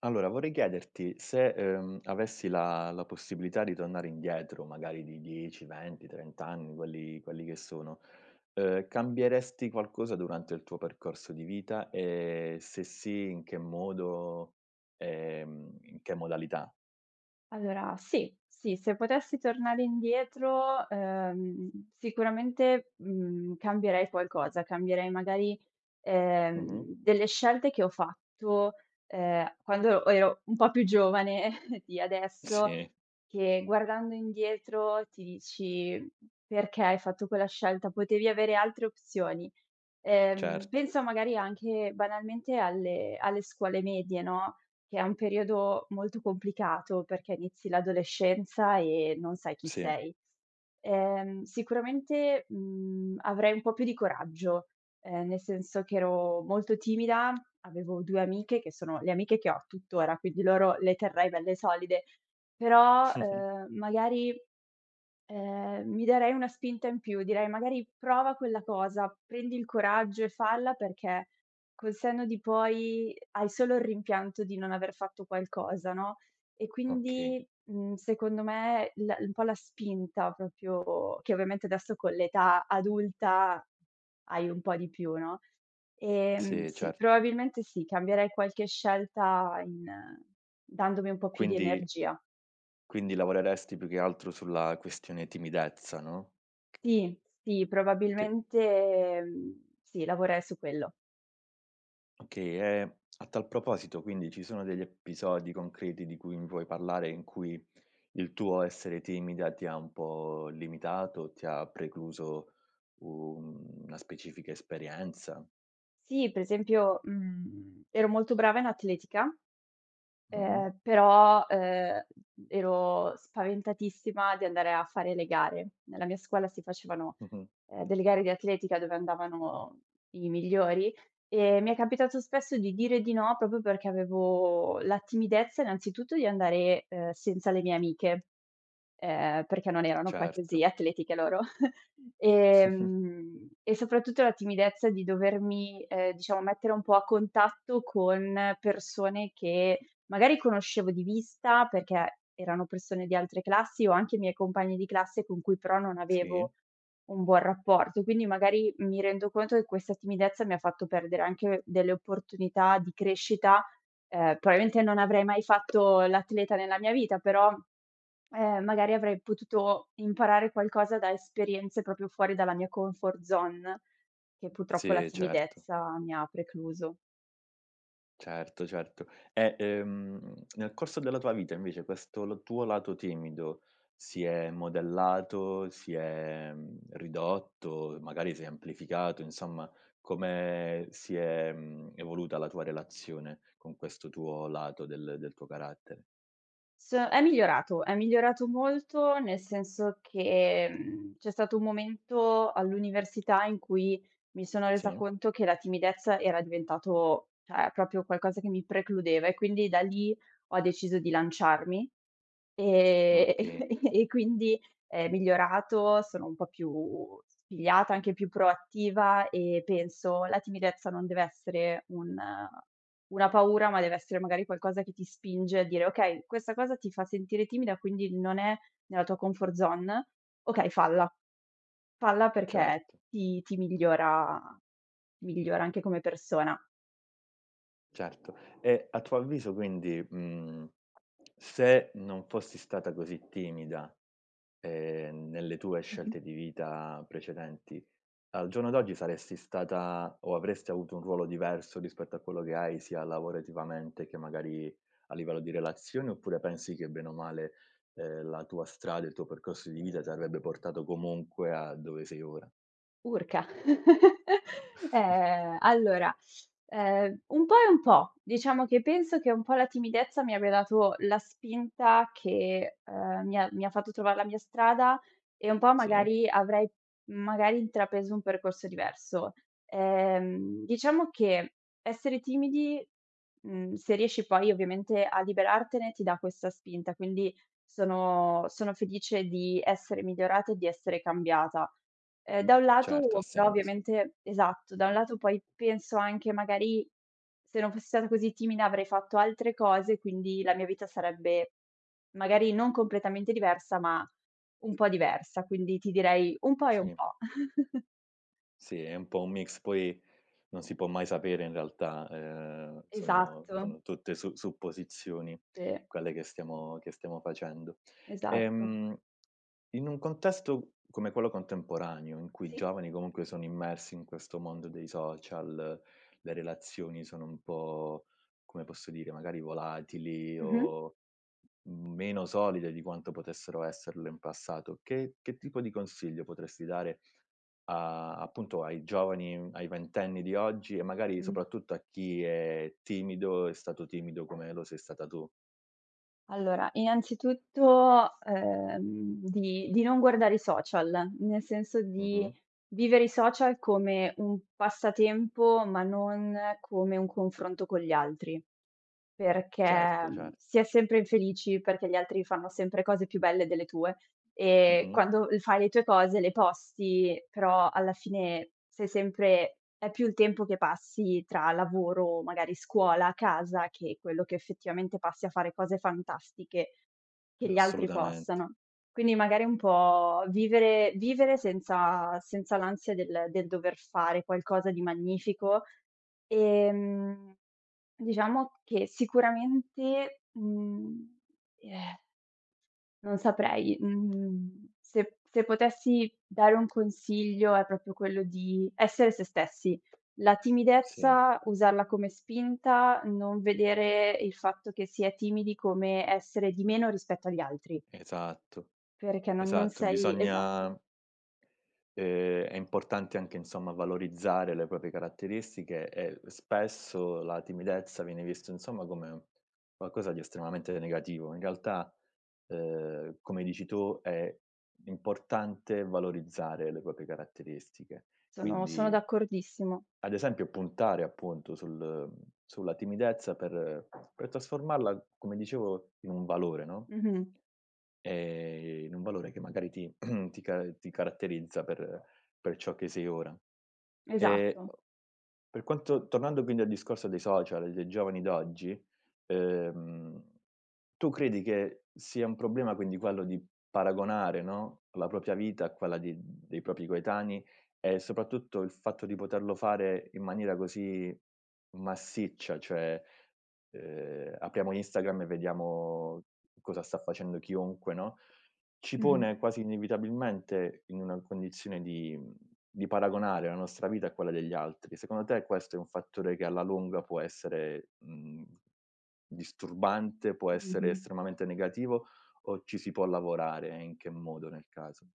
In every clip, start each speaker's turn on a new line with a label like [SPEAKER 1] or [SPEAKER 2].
[SPEAKER 1] Allora, vorrei chiederti se, avessi la possibilità di tornare indietro, magari di 10, 20, 30 anni, quelli che sono, cambieresti qualcosa durante il tuo percorso di vita e se sì, in che modo, in che modalità?
[SPEAKER 2] Allora sì, sì, se potessi tornare indietro, sicuramente, cambierei qualcosa, cambierei magari
[SPEAKER 1] Mh-mh.
[SPEAKER 2] delle scelte che ho fatto, quando ero un po' più giovane di adesso,
[SPEAKER 1] Sì,
[SPEAKER 2] che guardando indietro ti dici: "Perché hai fatto quella scelta? Potevi avere altre opzioni."
[SPEAKER 1] certo,
[SPEAKER 2] Penso magari anche banalmente alle scuole medie, no, che è un periodo molto complicato perché inizi l'adolescenza e non sai chi
[SPEAKER 1] sì.
[SPEAKER 2] sei. Sicuramente, avrei un po' più di coraggio, nel senso che ero molto timida, avevo 2 amiche che sono le amiche che ho tuttora, quindi loro le terrei belle solide, però, magari mi darei una spinta in più, direi magari prova quella cosa, prendi il coraggio e falla perché col senno di poi hai solo il rimpianto di non aver fatto qualcosa, no, e
[SPEAKER 1] Okay.
[SPEAKER 2] quindi, secondo me l un po' la spinta proprio che ovviamente adesso con l'età adulta hai un po' di più, no,
[SPEAKER 1] Sì,
[SPEAKER 2] sì,
[SPEAKER 1] certo.
[SPEAKER 2] probabilmente sì, cambierei qualche scelta in dandomi un po' più di
[SPEAKER 1] Quindi
[SPEAKER 2] energia.
[SPEAKER 1] lavoreresti più che altro sulla questione timidezza, no,
[SPEAKER 2] Sì, sì,
[SPEAKER 1] che
[SPEAKER 2] probabilmente, sì, lavorerei su quello.
[SPEAKER 1] Okay, e a tal proposito, quindi ci sono degli episodi concreti di cui mi vuoi parlare, in cui il tuo essere timida ti ha un po' limitato, ti ha precluso un una specifica esperienza?
[SPEAKER 2] Sì, per esempio, ero molto brava in atletica,
[SPEAKER 1] Mh-mh,
[SPEAKER 2] però, ero spaventatissima di andare a fare le gare. Nella mia scuola si facevano,
[SPEAKER 1] mh-mh,
[SPEAKER 2] delle gare di atletica dove andavano i migliori e mi è capitato spesso di dire di no proprio perché avevo la timidezza innanzitutto di andare, senza le mie amiche. Ehm, perché non erano poi così
[SPEAKER 1] certo.
[SPEAKER 2] atletiche loro. E soprattutto la timidezza di dovermi, diciamo mettere un po' a contatto con persone che magari conoscevo di vista, perché erano persone di altre classi o anche miei compagni di classe con cui però non
[SPEAKER 1] Sì,
[SPEAKER 2] avevo un buon rapporto. Quindi magari mi rendo conto che questa timidezza mi ha fatto perdere anche delle opportunità di crescita. Probabilmente non avrei mai fatto l'atleta nella mia vita, però magari avrei potuto imparare qualcosa da esperienze proprio fuori dalla mia comfort zone, che purtroppo la
[SPEAKER 1] sì certo.
[SPEAKER 2] timidezza mi ha precluso.
[SPEAKER 1] Certo, certo. E, nel corso della tua vita invece questo l tuo lato timido si è modellato, si è, ridotto, magari si è amplificato, insomma come si è, evoluta la tua relazione con questo tuo lato del tuo carattere?
[SPEAKER 2] S è migliorato molto, nel senso che, c'è stato un momento all'università in cui mi sono resa
[SPEAKER 1] Sì?
[SPEAKER 2] conto che la timidezza era diventato, cioè, proprio qualcosa che mi precludeva e quindi da lì ho deciso di lanciarmi. Ehm,
[SPEAKER 1] Okay,
[SPEAKER 2] e quindi è migliorato, sono un po' più spigliata, anche più proattiva e penso la timidezza non deve essere un una paura, ma deve essere magari qualcosa che ti spinge a dire: "Okay, questa cosa ti fa sentire timida, quindi non è nella tua comfort zone, okay falla, falla perché
[SPEAKER 1] certo,
[SPEAKER 2] ti migliora, migliora anche come persona."
[SPEAKER 1] certo. E a tuo avviso quindi, se non fossi stata così timida, nelle tue
[SPEAKER 2] Mh-mh.
[SPEAKER 1] scelte di vita precedenti, al giorno d'oggi saresti stata o avresti avuto un ruolo diverso rispetto a quello che hai sia lavorativamente che magari a livello di relazioni, oppure pensi che bene o male, la tua strada, il tuo percorso di vita ti avrebbe portato comunque a dove sei ora?
[SPEAKER 2] Urca. Allora, un po' e un po'. Diciamo che penso che un po' la timidezza mi abbia dato la spinta che, mi ha fatto trovar la mia strada e un po'
[SPEAKER 1] Sì,
[SPEAKER 2] magari avrei magari intrapreso un percorso diverso. Diciamo che essere timidi, se riesci poi ovviamente a liberartene, ti dà questa spinta, quindi sono felice di essere migliorata e di essere cambiata. Da un lato
[SPEAKER 1] certo, ha
[SPEAKER 2] però
[SPEAKER 1] senso.
[SPEAKER 2] ovviamente esatto, da un lato poi penso anche magari se non fossi stata così timida avrei fatto altre cose, quindi la mia vita sarebbe magari non completamente diversa, ma un po' diversa, quindi ti direi un po' e un
[SPEAKER 1] Sì,
[SPEAKER 2] po'.
[SPEAKER 1] sì, è un po' un mix, poi non si può mai sapere in realtà, sono
[SPEAKER 2] Esatto,
[SPEAKER 1] tutte su supposizioni
[SPEAKER 2] sì,
[SPEAKER 1] quelle che stiamo facendo.
[SPEAKER 2] esatto.
[SPEAKER 1] Ehm In un contesto come quello contemporaneo, in cui i
[SPEAKER 2] Sì.
[SPEAKER 1] giovani comunque sono immersi in questo mondo dei social, le relazioni sono un po', come posso dire, magari volatili
[SPEAKER 2] Mh-mh.
[SPEAKER 1] o meno solide di quanto potessero esserlo in passato, che tipo di consiglio potresti dare a appunto ai giovani, ai ventenni di oggi e magari
[SPEAKER 2] Mh.
[SPEAKER 1] soprattutto a chi è timido, è stato timido come lo sei stata tu?
[SPEAKER 2] Allora, innanzitutto, di non guardare i social, nel senso di
[SPEAKER 1] Mh-mh.
[SPEAKER 2] vivere i social come un passatempo, ma non come un confronto con gli altri. Perché,
[SPEAKER 1] Certo, cer
[SPEAKER 2] si è sempre infelici, perché gli altri fanno sempre cose più belle delle tue e
[SPEAKER 1] mh-mh.
[SPEAKER 2] quando l fai le tue cose, le posti, però alla fine sei sempre è più il tempo che passi tra lavoro, magari scuola, casa, che quello che effettivamente passi a fare cose fantastiche che gli altri
[SPEAKER 1] Assolutamente,
[SPEAKER 2] possano. Quindi magari un po' vivere senza l'ansia del dover fare qualcosa di magnifico. Ehm, diciamo che sicuramente, eh, non saprei, mhmm, se se potessi dare un consiglio è proprio quello di essere se stessi. La
[SPEAKER 1] sì.
[SPEAKER 2] timidezza usarla come spinta, non vedere il fatto che si è timidi come essere di meno rispetto agli altri,
[SPEAKER 1] Esatto,
[SPEAKER 2] perché non
[SPEAKER 1] esatto.
[SPEAKER 2] sei esatto,
[SPEAKER 1] Bisogna è importante anche insomma valorizzare le proprie caratteristiche e spesso la timidezza viene vista insomma come qualcosa di estremamente negativo. In realtà, come dici tu, è importante valorizzare le proprie caratteristiche.
[SPEAKER 2] sono
[SPEAKER 1] Quindi,
[SPEAKER 2] d'accordissimo.
[SPEAKER 1] ad esempio, puntare appunto sul sulla timidezza per trasformarla, come dicevo, in un valore, no?
[SPEAKER 2] Mh-mh,
[SPEAKER 1] In un valore che magari ti ti ca ti caratterizza per ciò che sei ora. E
[SPEAKER 2] esatto.
[SPEAKER 1] per quanto tornando quindi al discorso dei social e dei giovani d'oggi, ehm, tu credi che sia un problema quindi quello di paragonare, no, la propria vita a quella di dei propri coetanei e soprattutto il fatto di poterlo fare in maniera così massiccia, cioè, apriamo Instagram e vediamo cosa sta facendo chiunque, no, ci
[SPEAKER 2] Mh-mh,
[SPEAKER 1] pone quasi inevitabilmente in una condizione di paragonare la nostra vita a quella degli altri. Secondo te questo è un fattore che alla lunga può essere, disturbante, può essere
[SPEAKER 2] mh-mh.
[SPEAKER 1] estremamente negativo o ci si può lavorare e in che modo nel caso?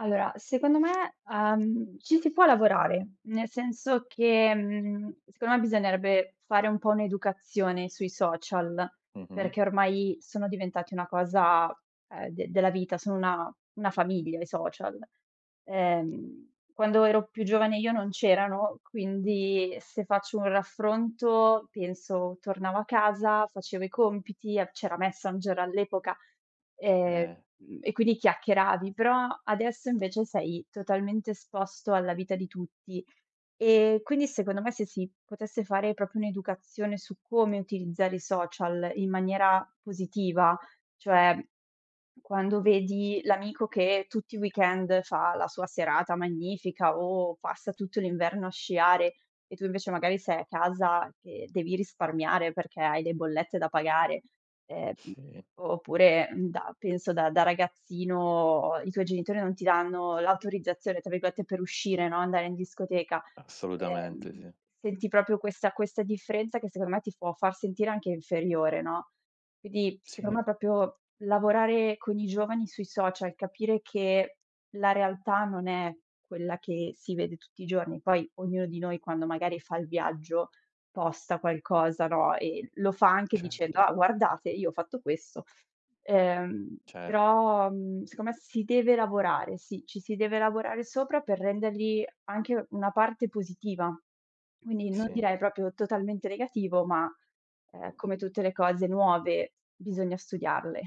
[SPEAKER 2] Allora, secondo me, ci si può lavorare, nel senso che, secondo me bisognerebbe fare un po' un'educazione sui social,
[SPEAKER 1] Mh-mh.
[SPEAKER 2] perché ormai sono diventati una cosa, de della vita, sono una famiglia i social. Quando ero più giovane io non c'erano, quindi se faccio un raffronto penso tornavo a casa, facevo i compiti, a c'era Messenger all'epoca, ehm
[SPEAKER 1] Eh,
[SPEAKER 2] E quindi chiacchieravi, però adesso invece sei totalmente esposto alla vita di tutti. E quindi secondo me se si potesse fare proprio un'educazione su come utilizzare i social in maniera positiva, cioè quando vedi l'amico che tutti i weekend fa la sua serata magnifica o passa tutto l'inverno a sciare e tu invece magari sei a casa che devi risparmiare perché hai le bollette da pagare, ehm,
[SPEAKER 1] sì,
[SPEAKER 2] oppure, mhmm, da penso da ragazzino i tuoi genitori non ti danno "l'autorizzazione" tra virgolette per uscire, no, andare in discoteca. Ehm,
[SPEAKER 1] assolutamente sì.
[SPEAKER 2] Senti proprio questa differenza che secondo me ti può far sentire anche inferiore, no? Quindi secondo
[SPEAKER 1] Sì,
[SPEAKER 2] me proprio lavorare con i giovani sui social, capire che la realtà non è quella che si vede tutti i giorni. Poi ognuno di noi quando magari fa il viaggio posta qualcosa, no, e lo fa anche dicendo:
[SPEAKER 1] certo,
[SPEAKER 2] "Ah guardate, io ho fatto questo".
[SPEAKER 1] certo,
[SPEAKER 2] Però, secondo me si deve lavorare, sì, ci si deve lavorare sopra per renderli anche una parte positiva. Quindi non
[SPEAKER 1] sì.
[SPEAKER 2] direi proprio totalmente negativo, ma ehm, come tutte le cose nuove bisogna studiarle.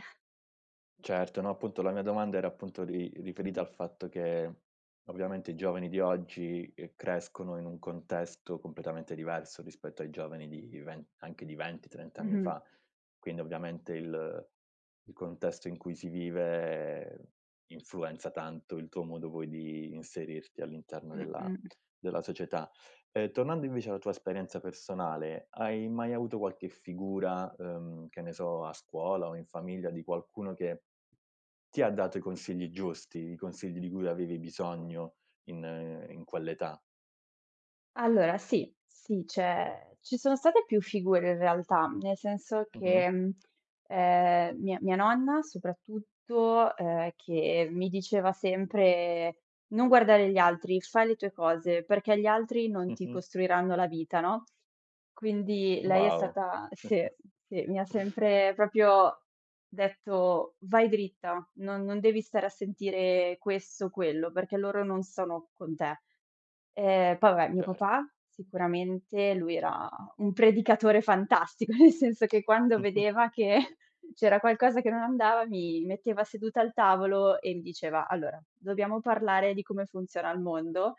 [SPEAKER 1] Certo, no, appunto la mia domanda era appunto ri riferita al fatto che ovviamente i giovani di oggi, crescono in un contesto completamente diverso rispetto ai giovani di ven anche di 20, 30 anni
[SPEAKER 2] Mh-mh.
[SPEAKER 1] fa. Quindi ovviamente il contesto in cui si vive influenza tanto il tuo modo poi di inserirti all'interno della
[SPEAKER 2] Mh-mh.
[SPEAKER 1] società. Tornando invece alla tua esperienza personale, hai mai avuto qualche figura, che ne so, a scuola o in famiglia di qualcuno che ti ha dato i consigli giusti, i consigli di cui avevi bisogno in in quell'età.
[SPEAKER 2] Allora sì, sì, c'è ci sono state più figure in realtà, nel senso
[SPEAKER 1] Mh-mh,
[SPEAKER 2] che, mhmm, mia mia nonna soprattutto, che mi diceva sempre: "Non guardare gli altri, fai le tue cose, perché gli altri non ti
[SPEAKER 1] mh-mh.
[SPEAKER 2] costruiranno la vita", no? Quindi lei è
[SPEAKER 1] Wow.
[SPEAKER 2] stata sì, sì, mi ha sempre proprio detto: "Vai dritta, non devi stare a sentire questo, o quello, perché loro non sono con te". Poi vabbè, mio
[SPEAKER 1] Certo.
[SPEAKER 2] papà sicuramente lui era un predicatore fantastico, nel senso che quando vedeva che c'era qualcosa che non andava, mi metteva seduta al tavolo e mi diceva: "Allora, dobbiamo parlare di come funziona il mondo,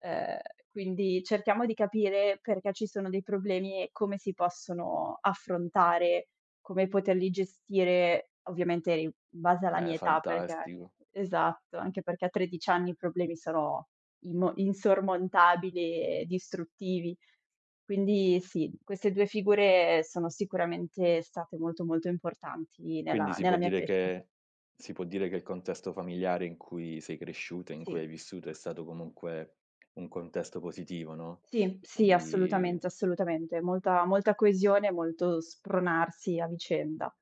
[SPEAKER 2] ehm, quindi cerchiamo di capire perché ci sono dei problemi e come si possono affrontare, come poterli gestire", ovviamente in base alla
[SPEAKER 1] Beh,
[SPEAKER 2] mia età perché
[SPEAKER 1] fantastico.
[SPEAKER 2] esatto, anche perché a 13 anni i problemi sono immo insormontabili e distruttivi. Quindi sì, queste 2 figure sono sicuramente state molto, molto importanti
[SPEAKER 1] Quindi
[SPEAKER 2] nella
[SPEAKER 1] si
[SPEAKER 2] nella
[SPEAKER 1] può
[SPEAKER 2] mia
[SPEAKER 1] dire
[SPEAKER 2] crescita.
[SPEAKER 1] che il contesto familiare in cui sei cresciuto, in cui hai
[SPEAKER 2] Sì,
[SPEAKER 1] vissuto è stato comunque un contesto positivo, no,
[SPEAKER 2] sì, sì,
[SPEAKER 1] di
[SPEAKER 2] assolutamente, assolutamente. Molta coesione, molto spronarsi a vicenda.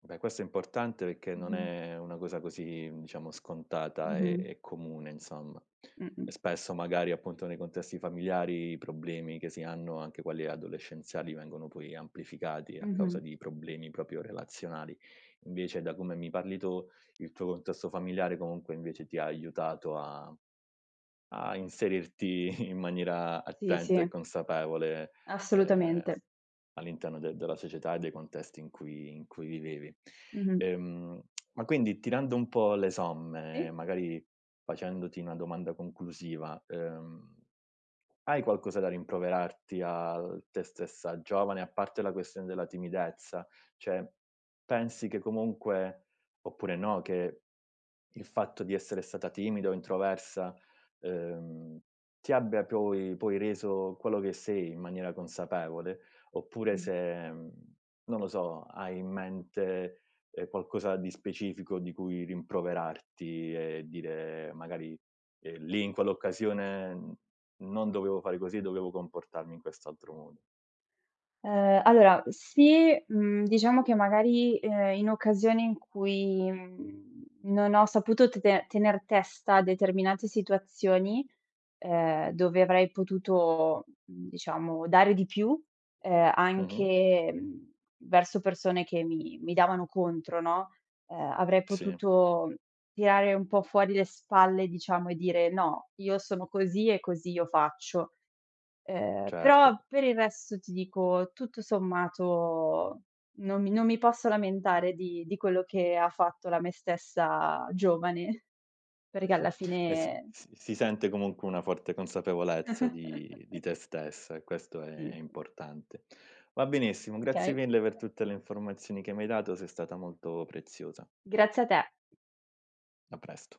[SPEAKER 1] Beh, questo è importante perché non
[SPEAKER 2] Mh-mh.
[SPEAKER 1] è una cosa così, diciamo, scontata
[SPEAKER 2] Mh-mh.
[SPEAKER 1] e comune, insomma. E
[SPEAKER 2] Mh-mh.
[SPEAKER 1] spesso magari appunto nei contesti familiari i problemi che si hanno, anche quelli adolescenziali, vengono poi amplificati a
[SPEAKER 2] Mh-mh.
[SPEAKER 1] causa di problemi proprio relazionali. Invece, da come mi parli tu, il tuo contesto familiare comunque invece ti ha aiutato a, a inserirti in maniera
[SPEAKER 2] Sì,
[SPEAKER 1] attenta e
[SPEAKER 2] sì,
[SPEAKER 1] consapevole, eh,
[SPEAKER 2] assolutamente.
[SPEAKER 1] all'interno de della società e dei contesti in cui vivevi.
[SPEAKER 2] Mh-mh.
[SPEAKER 1] Ehm, ma quindi tirando un po' le somme,
[SPEAKER 2] Sì?
[SPEAKER 1] magari facendoti una domanda conclusiva, hai qualcosa da rimproverarti al te stessa giovane, a parte la questione della timidezza? Cioè, pensi che comunque oppure no, che il fatto di essere stata timida o introversa, ehm, ti abbia poi reso quello che sei in maniera consapevole, oppure se, non lo so, hai in mente, qualcosa di specifico di cui rimproverarti e dire magari, "Lì in quell'occasione n non dovevo fare così, dovevo comportarmi in quest'altro modo."
[SPEAKER 2] Allora sì, diciamo che magari, in occasioni in cui, mhmm, non ho saputo tete tener testa a determinate situazioni, dove avrei potuto, diciamo dare di più, ehm,
[SPEAKER 1] Mh-mh.
[SPEAKER 2] anche, mhmm, verso persone che mi davano contro, no, avrei
[SPEAKER 1] Sì,
[SPEAKER 2] potuto tirare un po' fuori le spalle, diciamo, e dire: "No, io sono così e così io faccio". Però
[SPEAKER 1] certo.
[SPEAKER 2] per il resto ti dico, tutto sommato non mi posso lamentare di quello che ha fatto la me stessa giovane, perché alla
[SPEAKER 1] Eh
[SPEAKER 2] fine
[SPEAKER 1] si sente comunque una forte consapevolezza di te stessa e questo è
[SPEAKER 2] sì,
[SPEAKER 1] importante. Va benissimo, grazie
[SPEAKER 2] okay,
[SPEAKER 1] mille per tutte le informazioni che mi hai dato, sei stata molto preziosa.
[SPEAKER 2] grazie a te.
[SPEAKER 1] A presto.